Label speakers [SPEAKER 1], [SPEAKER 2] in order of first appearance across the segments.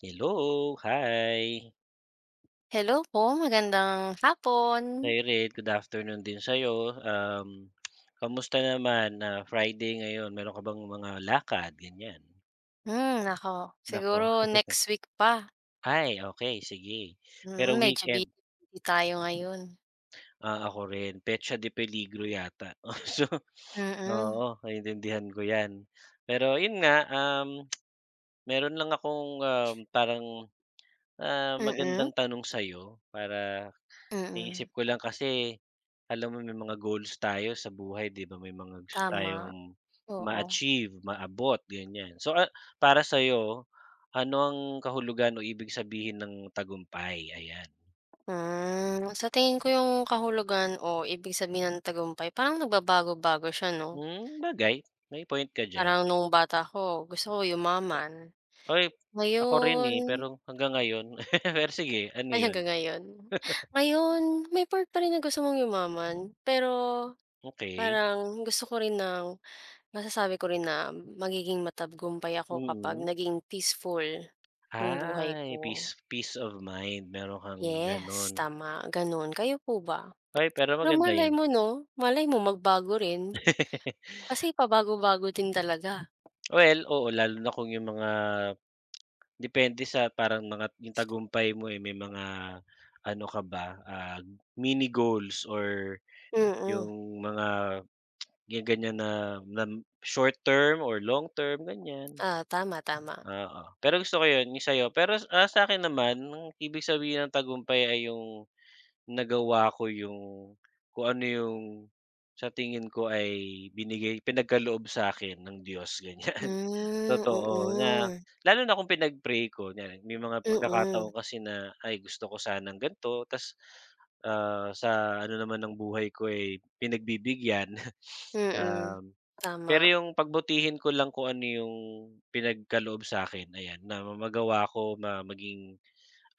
[SPEAKER 1] Hello, hi.
[SPEAKER 2] Hello po, magandang hapon.
[SPEAKER 1] Hi Red, good afternoon din sa'yo. Kamusta naman na Friday ngayon? Meron ka bang mga lakad, ganyan?
[SPEAKER 2] Hmm, naku, siguro
[SPEAKER 1] Nako.
[SPEAKER 2] next week pa.
[SPEAKER 1] Ay, okay, sige. Pero
[SPEAKER 2] Medyo
[SPEAKER 1] weekend,
[SPEAKER 2] busy busy tayo ngayon.
[SPEAKER 1] ako rin, petsa de peligro yata. So,
[SPEAKER 2] Mm.
[SPEAKER 1] oo, naiintindihan ko 'yan. Pero 'yun nga, meron lang akong, parang,
[SPEAKER 2] Mm,
[SPEAKER 1] magandang tanong sa'yo para.
[SPEAKER 2] mm.
[SPEAKER 1] Naisip ko lang kasi, alam mo may mga goals tayo sa buhay 'di ba, may mga gusto
[SPEAKER 2] Tama,
[SPEAKER 1] tayong
[SPEAKER 2] oo.
[SPEAKER 1] ma-achieve, maabot, ganyan. So, para sa'yo, ano ang kahulugan o ibig sabihin ng tagumpay? Ayan.
[SPEAKER 2] Sa tingin ko yung kahulugan o ibig sabihin ng tagumpay parang nagbabago-bago siya 'no?
[SPEAKER 1] Hmm, bagay, may point ka diyan.
[SPEAKER 2] Parang nung bata ko gusto ko yumaman,
[SPEAKER 1] Uy, ako rin,
[SPEAKER 2] ngayon
[SPEAKER 1] eh, pero hanggang ngayon pero sige, ano
[SPEAKER 2] ay
[SPEAKER 1] 'yun?
[SPEAKER 2] hanggang ngayon. Ngayon, may part pa rin na gusto mong yumaman, pero
[SPEAKER 1] Okey,
[SPEAKER 2] parang gusto ko rin ng Masasabi ko rin na magiging matagumpay ako kapag
[SPEAKER 1] mm.
[SPEAKER 2] naging peaceful yung buhay
[SPEAKER 1] Ay,
[SPEAKER 2] ko.
[SPEAKER 1] peace peace of mind, meron kang
[SPEAKER 2] Yes,
[SPEAKER 1] gano'n.
[SPEAKER 2] tama, gano'n. Kayo po ba?
[SPEAKER 1] Ay, pero
[SPEAKER 2] Pero
[SPEAKER 1] maganda
[SPEAKER 2] malay
[SPEAKER 1] 'yan.
[SPEAKER 2] mo 'no, malay mo magbago rin kasi pabago-bago din talaga.
[SPEAKER 1] Well, oo, lalo na kung yung mga depende sa parang mga yung tagumpay mo, eh, may mga ano ka ba, mini goals or
[SPEAKER 2] Mm,
[SPEAKER 1] yung mga yung ganyan na na short term or long term, ganyan.
[SPEAKER 2] ah, tama, tama.
[SPEAKER 1] Oo, pero gusto ko yun, yung sa'yo. Pero, sa akin naman ang ibig sabihin ng tagumpay ay yung nagawa ko yung kung ano yung sa tingin ko ay binigay pinagkaloob sa akin ng Diyos, ganyan.
[SPEAKER 2] Hmm,
[SPEAKER 1] Totoo na
[SPEAKER 2] mm.
[SPEAKER 1] lalo na kung pinag-pray ko, yan may mga
[SPEAKER 2] Mm,
[SPEAKER 1] pagkakataon kasi na, ay gusto ko sanang gan'to ta's, sa ano naman ng buhay ko, ay pinagbibigyan.
[SPEAKER 2] mm.
[SPEAKER 1] Um, Pero
[SPEAKER 2] Tama,
[SPEAKER 1] yung pagbutihin ko lang kung ano yung pinagkaloob sa akin ayan na magawa ko maging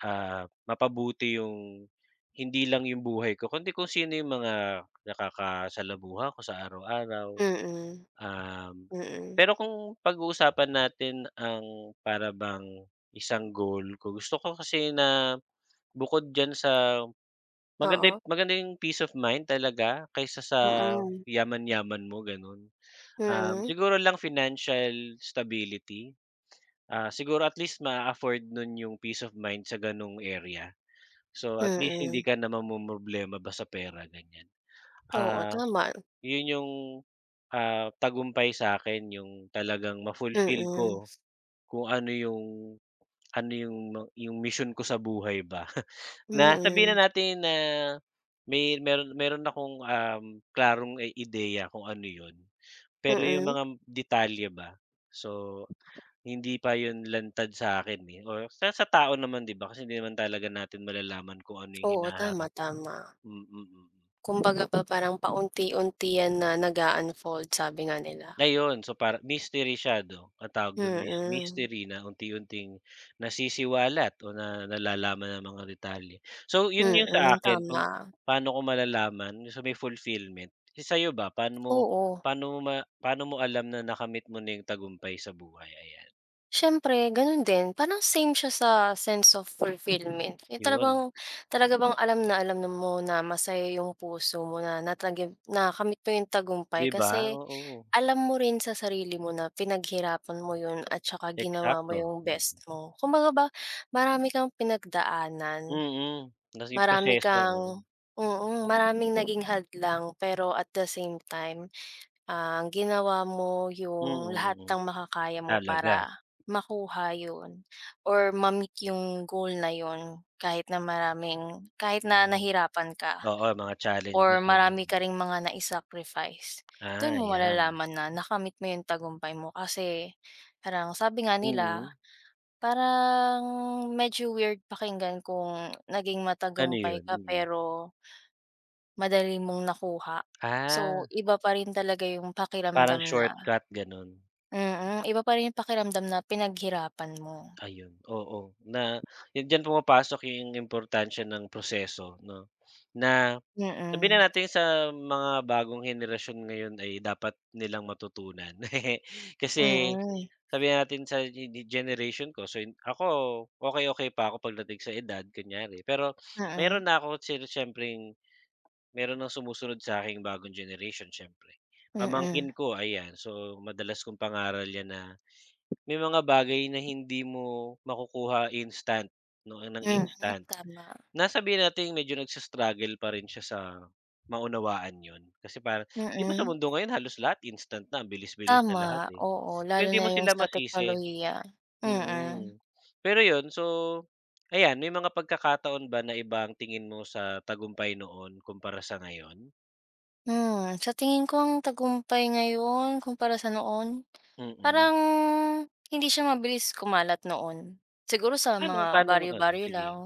[SPEAKER 1] mapabuti yung hindi lang yung buhay ko kundi kung sino yung mga nakakasalamuha ko sa araw-araw.
[SPEAKER 2] mm,
[SPEAKER 1] Um,
[SPEAKER 2] mm.
[SPEAKER 1] Pero kung pag-uusapan natin ang para bang isang goal ko, gusto ko kasi na bukod diyan sa maganda
[SPEAKER 2] Oo,
[SPEAKER 1] yung maganda yung peace of mind talaga kaysa sa
[SPEAKER 2] mm,
[SPEAKER 1] yaman-yaman mo gano'n.
[SPEAKER 2] mm,
[SPEAKER 1] Siguro lang financial stability, siguro at least maa-afford nun yung peace of mind sa gano'ng area. So, at least hindi
[SPEAKER 2] mm.
[SPEAKER 1] ka na mamomroblema ba sa pera, ganyan.
[SPEAKER 2] Oo,
[SPEAKER 1] Ah,
[SPEAKER 2] tama.
[SPEAKER 1] Yun yung, tagumpay sa akin yung talagang ma-fulfill ko
[SPEAKER 2] Mm,
[SPEAKER 1] kung ano yung mission ko sa buhay ba. Na sabihin
[SPEAKER 2] mm,
[SPEAKER 1] na natin na may meron meron akong, klarong, eh, ideya kung ano yun, pero yung
[SPEAKER 2] mm.
[SPEAKER 1] mga detalye ba, so hindi pa yun lantad sa'kin, eh, or sa tao naman 'di ba kasi hindi naman talaga natin malalaman kung ano yung
[SPEAKER 2] Oo, tama,
[SPEAKER 1] hinaharap.
[SPEAKER 2] tama.
[SPEAKER 1] Mm, mm.
[SPEAKER 2] Kumbaga ba parang paunti-unti yan na nag-a-unfold sabi nga nila.
[SPEAKER 1] Ayun, so para mystery siya 'no, ang tawag dun mys
[SPEAKER 2] Mm,
[SPEAKER 1] mystery na unti-unting nasisiwalat o na nalalaman ang mga detalye. So yun yung sa
[SPEAKER 2] mm,
[SPEAKER 1] akin kung
[SPEAKER 2] tama.
[SPEAKER 1] paano ko malalaman so may fulfillment. Eh, sa'yo ba paano mo
[SPEAKER 2] Oo,
[SPEAKER 1] paano mo ma paano mo alam na nakamit mo na yung tagumpay sa buhay? Ayan,
[SPEAKER 2] siyempre gano'n din parang same siya sa sense of fulfillment, yung tala
[SPEAKER 1] yun,
[SPEAKER 2] talaga bang alam na mo na masaya yung puso mo na nakamit mo yung tagumpay
[SPEAKER 1] 'di ba?
[SPEAKER 2] kasi
[SPEAKER 1] Oo,
[SPEAKER 2] alam mo rin sa sarili mo na pinaghirapan mo yun at saka ginawa mo
[SPEAKER 1] eksakto.
[SPEAKER 2] yung
[SPEAKER 1] Mm,
[SPEAKER 2] best mo. Kumbaga ba marami kang pinagdaanan.
[SPEAKER 1] mm. Kasi
[SPEAKER 2] Marami
[SPEAKER 1] proseso, oo.
[SPEAKER 2] kang Maraming naging hadlang pero at the same time, ginawa mo
[SPEAKER 1] Mm,
[SPEAKER 2] yung lahat
[SPEAKER 1] mm, mm.
[SPEAKER 2] ng makakaya mo para
[SPEAKER 1] Talaga.
[SPEAKER 2] makuha yun or ma-meet yung goal na yun kahit na
[SPEAKER 1] Mga-
[SPEAKER 2] nahirapan ka
[SPEAKER 1] Oo, mga
[SPEAKER 2] or
[SPEAKER 1] challenges ano.
[SPEAKER 2] marami ka ring mga nai-sacrifice. Dun
[SPEAKER 1] Ah,
[SPEAKER 2] mo
[SPEAKER 1] 'yan.
[SPEAKER 2] malalaman na nakamit mo yung tagumpay mo kasi parang sabi nga nila,
[SPEAKER 1] Mm.
[SPEAKER 2] parang medyo weird pakinggan kung naging
[SPEAKER 1] Ano
[SPEAKER 2] matagumpay
[SPEAKER 1] 'yun?
[SPEAKER 2] ka
[SPEAKER 1] Mm.
[SPEAKER 2] pero madali mong nakuha. So,
[SPEAKER 1] Ah,
[SPEAKER 2] iba pa rin talaga yung
[SPEAKER 1] parang
[SPEAKER 2] pakiramdam na
[SPEAKER 1] shortcut gano'n?
[SPEAKER 2] iba pa rin yung pakiramdam na pinaghirapan mo.
[SPEAKER 1] Ayun, oo, na 'yun diyan pumapasok yung importansya ng proseso 'no, na sabihin
[SPEAKER 2] Mm,
[SPEAKER 1] na natin sa mga bagong henerasyon ngayon ay dapat nilang matutunan. Kasi
[SPEAKER 2] mm,
[SPEAKER 1] sabihin natin sa ge ge generation ko, so ako okay okay pa ako pagdating sa edad kunyari, pero meron
[SPEAKER 2] mm,
[SPEAKER 1] na ako siyempreng meron ng sumusunod sa sa'king bagong generation siyempre.
[SPEAKER 2] mm,
[SPEAKER 1] Pamangkin ko ayan, so madalas kong pangaral 'yan na may mga bagay na hindi mo makukuha instant 'no, ng
[SPEAKER 2] mm,
[SPEAKER 1] instant,
[SPEAKER 2] tama.
[SPEAKER 1] na natin, nating medyo nagsa-struggle pa rin siya sa maunawaan yon, kasi parang 'di ba sa
[SPEAKER 2] Mm,
[SPEAKER 1] mundo ngayon halos lahat instant na, ang bilis-bilis na
[SPEAKER 2] tama,
[SPEAKER 1] lahat, eh.
[SPEAKER 2] oo,
[SPEAKER 1] So
[SPEAKER 2] lalo
[SPEAKER 1] hindi
[SPEAKER 2] na
[SPEAKER 1] mo
[SPEAKER 2] yung
[SPEAKER 1] sila
[SPEAKER 2] sa
[SPEAKER 1] masisi,
[SPEAKER 2] teknolohiya. Mm,
[SPEAKER 1] mm. Pero 'yun, so ayan, may mga pagkakataon ba na iba ang tingin mo sa tagumpay noon kumpara sa ngayon?
[SPEAKER 2] sa tingin ko ang tagumpay ngayon kumpara sa noon,
[SPEAKER 1] Mm.
[SPEAKER 2] parang hindi siya mabilis kumalat noon. Siguro sa
[SPEAKER 1] Paano
[SPEAKER 2] mga
[SPEAKER 1] paano ano,
[SPEAKER 2] baryo-baryo
[SPEAKER 1] sige,
[SPEAKER 2] lang.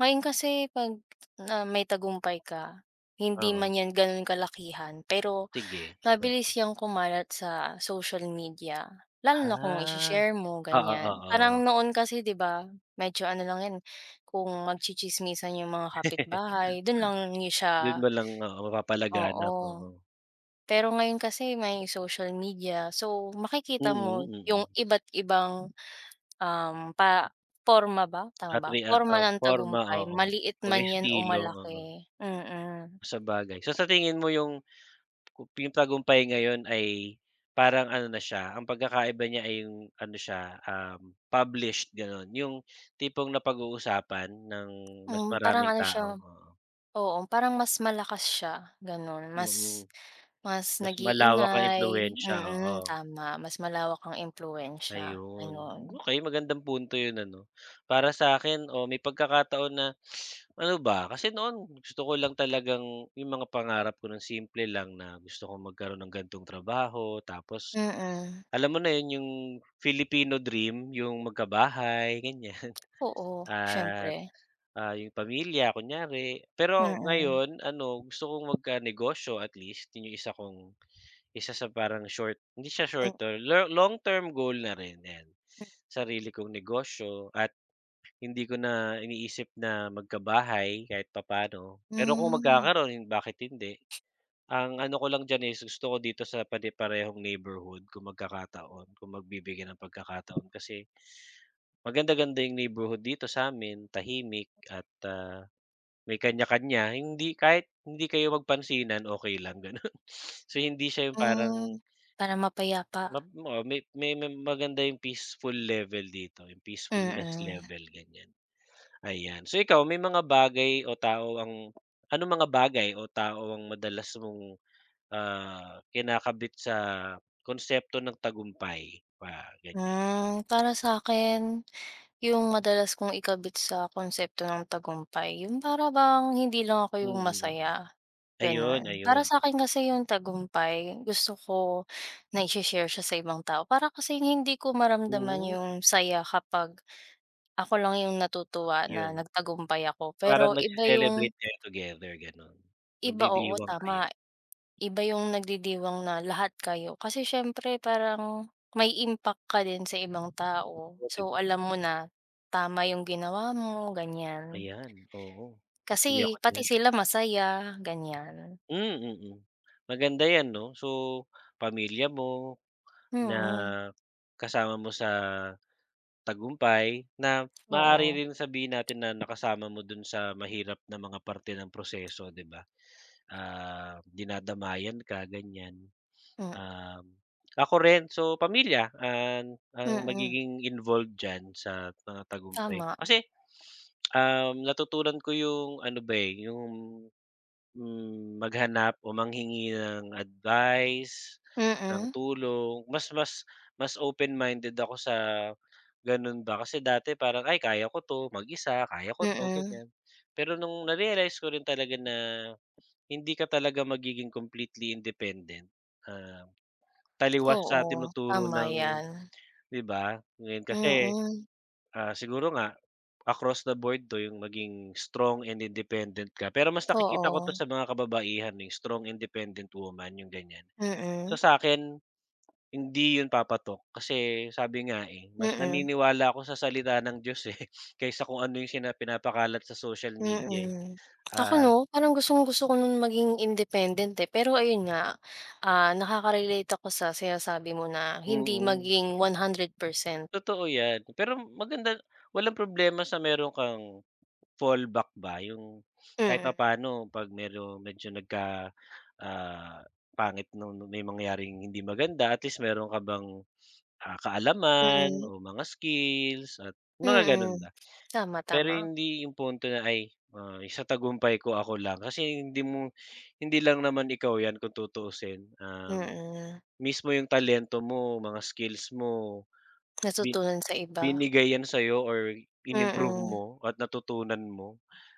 [SPEAKER 2] Ngayon kasi 'pag na may tagumpay ka, hindi
[SPEAKER 1] oo,
[SPEAKER 2] man 'yan gano'n kalakihan, pero
[SPEAKER 1] sige. Hmm.
[SPEAKER 2] mabilis 'yang kumalat sa social media, lalo na kung
[SPEAKER 1] Ah,
[SPEAKER 2] ishe-share mo,
[SPEAKER 1] oo,
[SPEAKER 2] ganyan. Parang
[SPEAKER 1] oo.
[SPEAKER 2] noon kasi 'di ba, medyo ano lang 'yan, kung magtsitsismisan 'yung mga kapitbahay, dun lang niyo siya.
[SPEAKER 1] Dun mo lang, oo, mapapalaganap,
[SPEAKER 2] Oo.
[SPEAKER 1] oo.
[SPEAKER 2] Pero ngayon kasi may social media, so makikita mo
[SPEAKER 1] Mm,
[SPEAKER 2] 'yung
[SPEAKER 1] mm.
[SPEAKER 2] iba't ibang Um, pa porma ba, tama
[SPEAKER 1] At
[SPEAKER 2] ba? Porma ng
[SPEAKER 1] porma,
[SPEAKER 2] tagumpay,
[SPEAKER 1] oo,
[SPEAKER 2] maliit
[SPEAKER 1] o
[SPEAKER 2] man 'yan o
[SPEAKER 1] estilo,
[SPEAKER 2] malaki.
[SPEAKER 1] oo.
[SPEAKER 2] Mm.
[SPEAKER 1] Sa bagay. So, sa tingin mo yung tagumpay ngayon ay parang ano na siya, ang pagkakaiba niya ay yung ano siya, published gano'n, yung tipong napag-uusapan ng mas
[SPEAKER 2] Parang
[SPEAKER 1] maraming
[SPEAKER 2] ano siya.
[SPEAKER 1] tao, oo.
[SPEAKER 2] Oo, parang mas malakas siya, gano'n.
[SPEAKER 1] Mm,
[SPEAKER 2] Mas
[SPEAKER 1] mm.
[SPEAKER 2] mas
[SPEAKER 1] Mas malawak ang
[SPEAKER 2] nag-iingay,
[SPEAKER 1] impluwensiya, oo.
[SPEAKER 2] tama. Mas malawak ang impluwensiya,
[SPEAKER 1] Ayun.
[SPEAKER 2] gano'n.
[SPEAKER 1] Okey, magandang punto 'yun ano. Para sa akin, o may pagkakataon na ano ba, kasi noon gusto ko lang talagang yung mga pangarap ko ng simple lang na gusto ko magkaroon ng gantong trabaho tapos
[SPEAKER 2] Mm,
[SPEAKER 1] alam mo na 'yun yung Filipino dream, yung magkabahay ganiyan
[SPEAKER 2] oo, siyempre,
[SPEAKER 1] at, yung pamilya kunyari. Pero
[SPEAKER 2] mm.
[SPEAKER 1] ngayon ano, gusto kong negosyo at least, yun yung isa sa parang short hindi siya short term, long-term goal na rin, ayan. Sarili kong negosyo at hindi ko na iniisip na magkabahay kahit papaano.
[SPEAKER 2] Mm,
[SPEAKER 1] Pero kung
[SPEAKER 2] hmm,
[SPEAKER 1] magkakaroon, bakit hindi? Ang ano ko lang diyan is gusto ko dito sa pare-parehong neighborhood kung magkakataon, kung magbibigyan ng pagkakataon kasi maganda-ganda yung neighborhood dito sa amin tahimik at, may kanya-kanya. Kahit hindi kayo magpansinan, okay lang gano'n. So, hindi siya yung parang
[SPEAKER 2] hmm. Para mapayapa,
[SPEAKER 1] Oo, may maganda yung peaceful level dito, yung peacefulness
[SPEAKER 2] mm.
[SPEAKER 1] level, ganyan, ayan. So ikaw, may mga bagay o tao ang anong mga bagay o tao ang madalas mong, kinakabit sa konsepto ng tagumpay? Pa ganyan.
[SPEAKER 2] Para sa'kin Yung madalas kong ikabit sa konsepto ng tagumpay, yung para bang hindi lang ako
[SPEAKER 1] Mm,
[SPEAKER 2] yung
[SPEAKER 1] mm, mm.
[SPEAKER 2] masaya,
[SPEAKER 1] Ayun,
[SPEAKER 2] gano'n.
[SPEAKER 1] ayun.
[SPEAKER 2] Para sa akin kasi yung tagumpay, gusto ko na she share siya sa ibang tao para kasi hindi ko maramdaman
[SPEAKER 1] Mm,
[SPEAKER 2] yung saya kapag ako lang yung natutuwa na
[SPEAKER 1] yun.
[SPEAKER 2] nagtagumpay ako.
[SPEAKER 1] Parang
[SPEAKER 2] Pero iba yung
[SPEAKER 1] nagse-celebrate kayo together, gano'n.
[SPEAKER 2] iba, oo,
[SPEAKER 1] Nagdidiwang
[SPEAKER 2] tama,
[SPEAKER 1] kayo.
[SPEAKER 2] iba yung nagdidiwang na lahat kayo. Kasi siyempre parang may impact ka din sa ibang tao.
[SPEAKER 1] Oh,
[SPEAKER 2] So,
[SPEAKER 1] 'di
[SPEAKER 2] alam mo na tama yung ginawa mo, ganyan.
[SPEAKER 1] ayan, oo.
[SPEAKER 2] Kasi
[SPEAKER 1] Agree ako
[SPEAKER 2] pati
[SPEAKER 1] diyan.
[SPEAKER 2] sila masaya, ganyan.
[SPEAKER 1] Hmm, mm. Maganda 'yan 'no. So, pamilya mo na
[SPEAKER 2] Mm,
[SPEAKER 1] kasama mo sa tagumpay na maaari
[SPEAKER 2] oo.
[SPEAKER 1] rin sabihin natin na nakasama mo dun sa mahirap na mga parte ng proseso, 'di ba? Ah, dinadamayan ka ganyan.
[SPEAKER 2] Mm,
[SPEAKER 1] Um, Ako rin, so pamilya ang
[SPEAKER 2] mm,
[SPEAKER 1] magiging involved diyan sa mga tagumpay.
[SPEAKER 2] tama.
[SPEAKER 1] Kasi, natutunan ko yung ano ba, eh, yung maghanap o manghingi ng advice, ng
[SPEAKER 2] Mm,
[SPEAKER 1] tulong. Mas mas mas open-minded ako sa gano'n ba, kasi dati parang, "Ay kaya ko 'to, mag-isa, kaya ko 'to,"
[SPEAKER 2] mm,
[SPEAKER 1] ganyan. Pero nung na-realize ko rin talaga na hindi ka talaga magiging completely independent, ah, taliwas sa
[SPEAKER 2] oo,
[SPEAKER 1] tinuturo
[SPEAKER 2] tama
[SPEAKER 1] ng
[SPEAKER 2] 'yan.
[SPEAKER 1] 'di ba? Ngayon kasi,
[SPEAKER 2] Mm,
[SPEAKER 1] siguro nga. Across the board 'to, yung maging strong and independent ka. Pero mas nakikita ko 'to
[SPEAKER 2] oo.
[SPEAKER 1] sa mga kababaihan, eh, strong independent woman, yung ganyan.
[SPEAKER 2] Mm,
[SPEAKER 1] So sa akin hindi yun papatok kasi sabi nga, eh, mas
[SPEAKER 2] mm,
[SPEAKER 1] naniniwala ako sa salita ng Diyos, eh, kaysa kung ano yung pinapakalat sa social media, eh.
[SPEAKER 2] mm. Ako
[SPEAKER 1] Ah,
[SPEAKER 2] 'no, parang gustong-gusto ko nun maging independent, eh, pero ayun nga, ah, nakaka-relate ako sa sinasabi mo na hindi
[SPEAKER 1] mm,
[SPEAKER 2] maging 100%.
[SPEAKER 1] totoo yan. Pero maganda walang problema sa meron kang fallback ba yung kahit
[SPEAKER 2] Mm,
[SPEAKER 1] papaano 'pag medyo medyo nagka, ah, pangit nung may mangyaring hindi maganda at least meron ka bang, kaalaman
[SPEAKER 2] mm,
[SPEAKER 1] o mga skills at mga gano'n
[SPEAKER 2] mm.
[SPEAKER 1] ba.
[SPEAKER 2] Tama,
[SPEAKER 1] Pero
[SPEAKER 2] tama.
[SPEAKER 1] hindi yung punto na, sa tagumpay ko ako lang kasi hindi mo hindi lang naman ikaw 'yan kung tutuusin,
[SPEAKER 2] Mm,
[SPEAKER 1] mismo yung talento mo, mga skills mo,
[SPEAKER 2] natutunan sa iba.
[SPEAKER 1] binigay yan sa'yo or in-improve
[SPEAKER 2] Mm,
[SPEAKER 1] mo at natutunan mo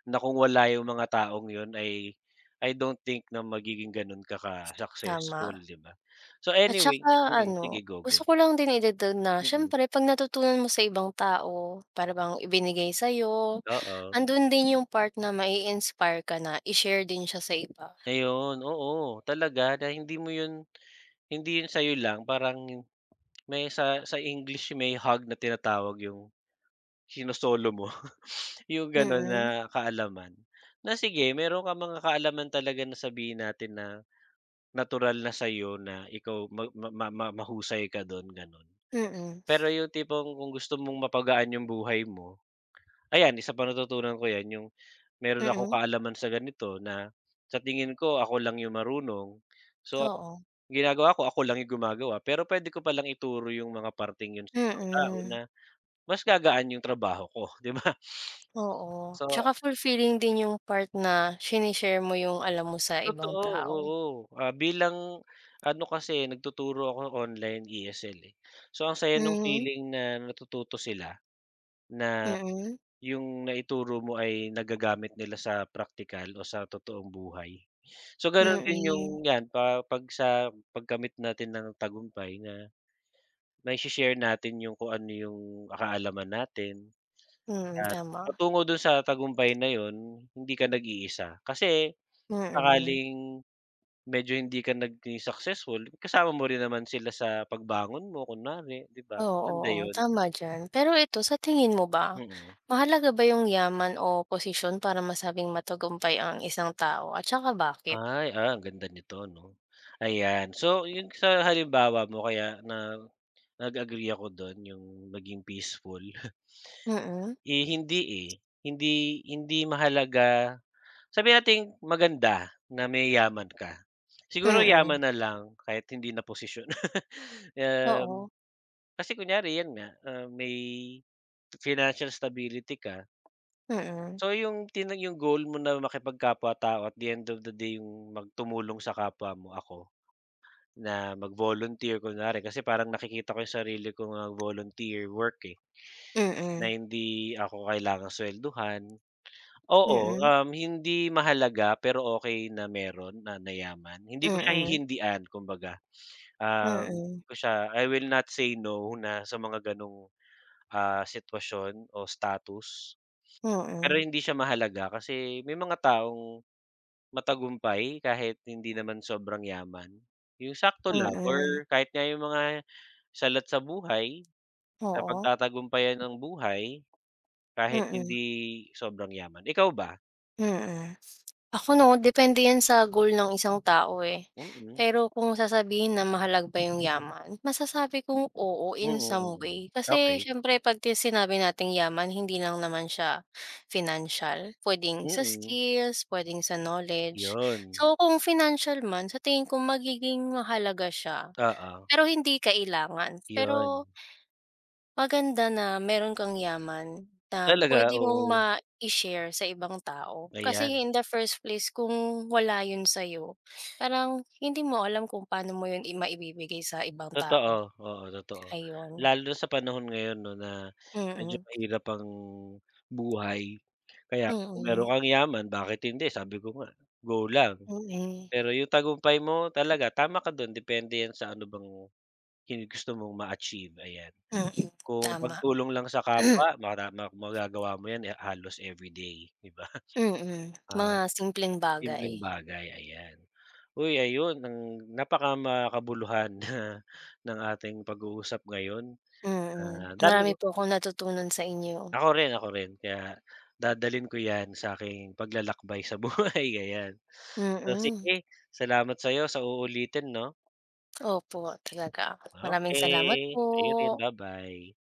[SPEAKER 1] na kung wala yung mga taong yun ay I don't think na magiging ganun ka-successful,
[SPEAKER 2] tama.
[SPEAKER 1] 'di ba? So
[SPEAKER 2] At
[SPEAKER 1] anyway
[SPEAKER 2] saka
[SPEAKER 1] mm, sige
[SPEAKER 2] ano,
[SPEAKER 1] go,
[SPEAKER 2] gusto
[SPEAKER 1] go.
[SPEAKER 2] ko lang din idagdag na
[SPEAKER 1] Mm,
[SPEAKER 2] siyempre 'pag natutunan mo sa ibang tao, para bang ibinigay sa'yo,
[SPEAKER 1] oo.
[SPEAKER 2] andun din yung part na mai-inspire ka na i-share din siya sa iba.
[SPEAKER 1] Ayun, oo, talaga na hindi yun sa'yo lang parang may sa English may hug na tinatawag yung sino mo, yung ganon na
[SPEAKER 2] Mm,
[SPEAKER 1] kaalaman. Na sige meron ka mga kaalaman talaga na sabihin natin na natural na sa iyo na ikaw ma ma ma ma- mahusay ka dun, gano'n.
[SPEAKER 2] mm,
[SPEAKER 1] Pero yung tipong kung gusto mong mapagaan yung buhay mo, ayan isa pa natutunan ko yan yung meron akong
[SPEAKER 2] mm,
[SPEAKER 1] kaalaman sa ganito na sa tingin ko ako lang yung marunong. So,
[SPEAKER 2] oo,
[SPEAKER 1] ang ginagawa ko ako lang yung gumagawa pero puwede ko palang ituro yung mga parting yun sa ibang tao na
[SPEAKER 2] mm,
[SPEAKER 1] mas gagaan yung trabaho ko, 'di ba?
[SPEAKER 2] oo.
[SPEAKER 1] So,
[SPEAKER 2] Tsaka fulfilling din yung part na shini-share mo yung alam mo sa ibang
[SPEAKER 1] totoo,
[SPEAKER 2] tao.
[SPEAKER 1] oo. Ah, bilang ano kasi nagtuturo ako online ESL, eh. So, ang saya nung
[SPEAKER 2] Mhm,
[SPEAKER 1] feeling na natututo sila na
[SPEAKER 2] mm,
[SPEAKER 1] yung naituro mo ay nagagamit nila sa praktikal o sa totoong buhay. So, gano'n din
[SPEAKER 2] mm,
[SPEAKER 1] yung 'yan pa 'pag sa pagkamit natin ng tagumpay na may share natin yung kung ano yung kaalaman natin
[SPEAKER 2] mm,
[SPEAKER 1] at
[SPEAKER 2] tama,
[SPEAKER 1] patungo do'n sa tagumpay na 'yun, hindi ka nag-iisa. Kasi kung
[SPEAKER 2] mm.
[SPEAKER 1] sakaling medyo hindi ka naging successful, kasama mo rin naman sila sa pagbangon mo kunwari, 'di ba?
[SPEAKER 2] Oo,
[SPEAKER 1] Maganda
[SPEAKER 2] oo,
[SPEAKER 1] yun,
[SPEAKER 2] tama diyan. Pero ito, sa tingin mo ba,
[SPEAKER 1] mm.
[SPEAKER 2] mahalaga ba yung yaman o posisyon para masabing matagumpay ang isang tao at saka bakit?
[SPEAKER 1] Ay, ang ganda nito 'no. Ayan, so yung sa halimbawa mo kaya na nag-agree ako dun yung maging peaceful,
[SPEAKER 2] Mm,
[SPEAKER 1] eh, hindi, eh, hindi hindi mahalaga. Sabihin natin maganda na may yaman ka. Siguro
[SPEAKER 2] mm,
[SPEAKER 1] yaman na lang kahit hindi na posisyon.
[SPEAKER 2] oo,
[SPEAKER 1] Um, Kasi kunyari yan nga, may financial stability ka.
[SPEAKER 2] mm,
[SPEAKER 1] So yung yung goal mo na makipagkapwa-tao at the end of the day yung magtumulong sa kapwa mo, ako, na mag-volunteer kunwari kasi parang nakikita ko yung sarili ko nag-volunteer work, eh, na
[SPEAKER 2] mm,
[SPEAKER 1] hindi ako kailangang suwelduhan,
[SPEAKER 2] mm,
[SPEAKER 1] oo,
[SPEAKER 2] mm,
[SPEAKER 1] hindi mahalaga pero okey na meron na na yaman. Hindi ko siya
[SPEAKER 2] mm,
[SPEAKER 1] hihindian kumbaga.
[SPEAKER 2] mm,
[SPEAKER 1] Hindi ko siya I will not say no na sa mga ganong, sitwasyon o status. Pero
[SPEAKER 2] mm,
[SPEAKER 1] hindi siya mahalaga kasi may mga taong matagumpay kahit hindi naman sobrang yaman. Yung sakto lang
[SPEAKER 2] mm,
[SPEAKER 1] or kahit nga yung mga salat sa buhay,
[SPEAKER 2] oo,
[SPEAKER 1] napagtatagumpayan ng buhay kahit
[SPEAKER 2] mm,
[SPEAKER 1] hindi sobrang yaman. Ikaw ba?
[SPEAKER 2] mm. Ako 'no, depende yan sa goal ng isang tao, eh.
[SPEAKER 1] Mm.
[SPEAKER 2] Pero kung sasabihin na mahalaga ba yung yaman, masasabi kong oo in
[SPEAKER 1] Mm,
[SPEAKER 2] some
[SPEAKER 1] mm.
[SPEAKER 2] way. Kasi
[SPEAKER 1] Okey.
[SPEAKER 2] siyempre 'pag sinabi nating yaman hindi lang naman siya financial, puwedeng sa
[SPEAKER 1] Mm,
[SPEAKER 2] skills, puwedeng sa knowledge.
[SPEAKER 1] 'yun.
[SPEAKER 2] So, kung financial man, sa tingin ko magiging mahalaga siya,
[SPEAKER 1] Oo,
[SPEAKER 2] pero hindi kailangan.
[SPEAKER 1] 'yun.
[SPEAKER 2] Pero maganda na meron kang yaman na
[SPEAKER 1] Talaga,
[SPEAKER 2] puwede mong
[SPEAKER 1] oo.
[SPEAKER 2] mai-share sa ibang tao. Kasi
[SPEAKER 1] Ayan,
[SPEAKER 2] in the first place kung wala 'yun sa'yo, parang hindi mo alam kung paano mo 'yun maibibigay sa ibang tao,
[SPEAKER 1] totoo, oo, totoo.
[SPEAKER 2] ayun.
[SPEAKER 1] Lalo na sa panahon ngayon 'no na medyo
[SPEAKER 2] Mm,
[SPEAKER 1] mahirap ang buhay. Kaya kung
[SPEAKER 2] mm,
[SPEAKER 1] meron kang yaman, bakit hindi, sabi ko nga, go lang.
[SPEAKER 2] mm,
[SPEAKER 1] Pero yung tagumpay mo talaga tama ka dun, depende yan sa ano bang gusto mong ma-achieve, ayan.
[SPEAKER 2] mm,
[SPEAKER 1] Kung
[SPEAKER 2] tama.
[SPEAKER 1] pagtulong lang sa kapwa mara ma magagawa mo yan eh, halos everyday, 'di ba?
[SPEAKER 2] Mm,
[SPEAKER 1] Ah,
[SPEAKER 2] mga simpleng bagay.
[SPEAKER 1] simpleng bagay, ayan. Uy, ayun ang napakamakabuluhan na ng ating pag-uusap ngayon.
[SPEAKER 2] Mm,
[SPEAKER 1] Ah, dami
[SPEAKER 2] marami
[SPEAKER 1] ko
[SPEAKER 2] po akong natutunan sa inyo.
[SPEAKER 1] ako rin, ako rin. Kaya dadalhin ko 'yan sa aking paglalakbay sa buhay, ayan. So,
[SPEAKER 2] Mm,
[SPEAKER 1] sige salamat sa'yo sa uulitin 'no.
[SPEAKER 2] opo talaga. Maraming salamat
[SPEAKER 1] Okay,
[SPEAKER 2] po.
[SPEAKER 1] sa'yo rin, ba-bye.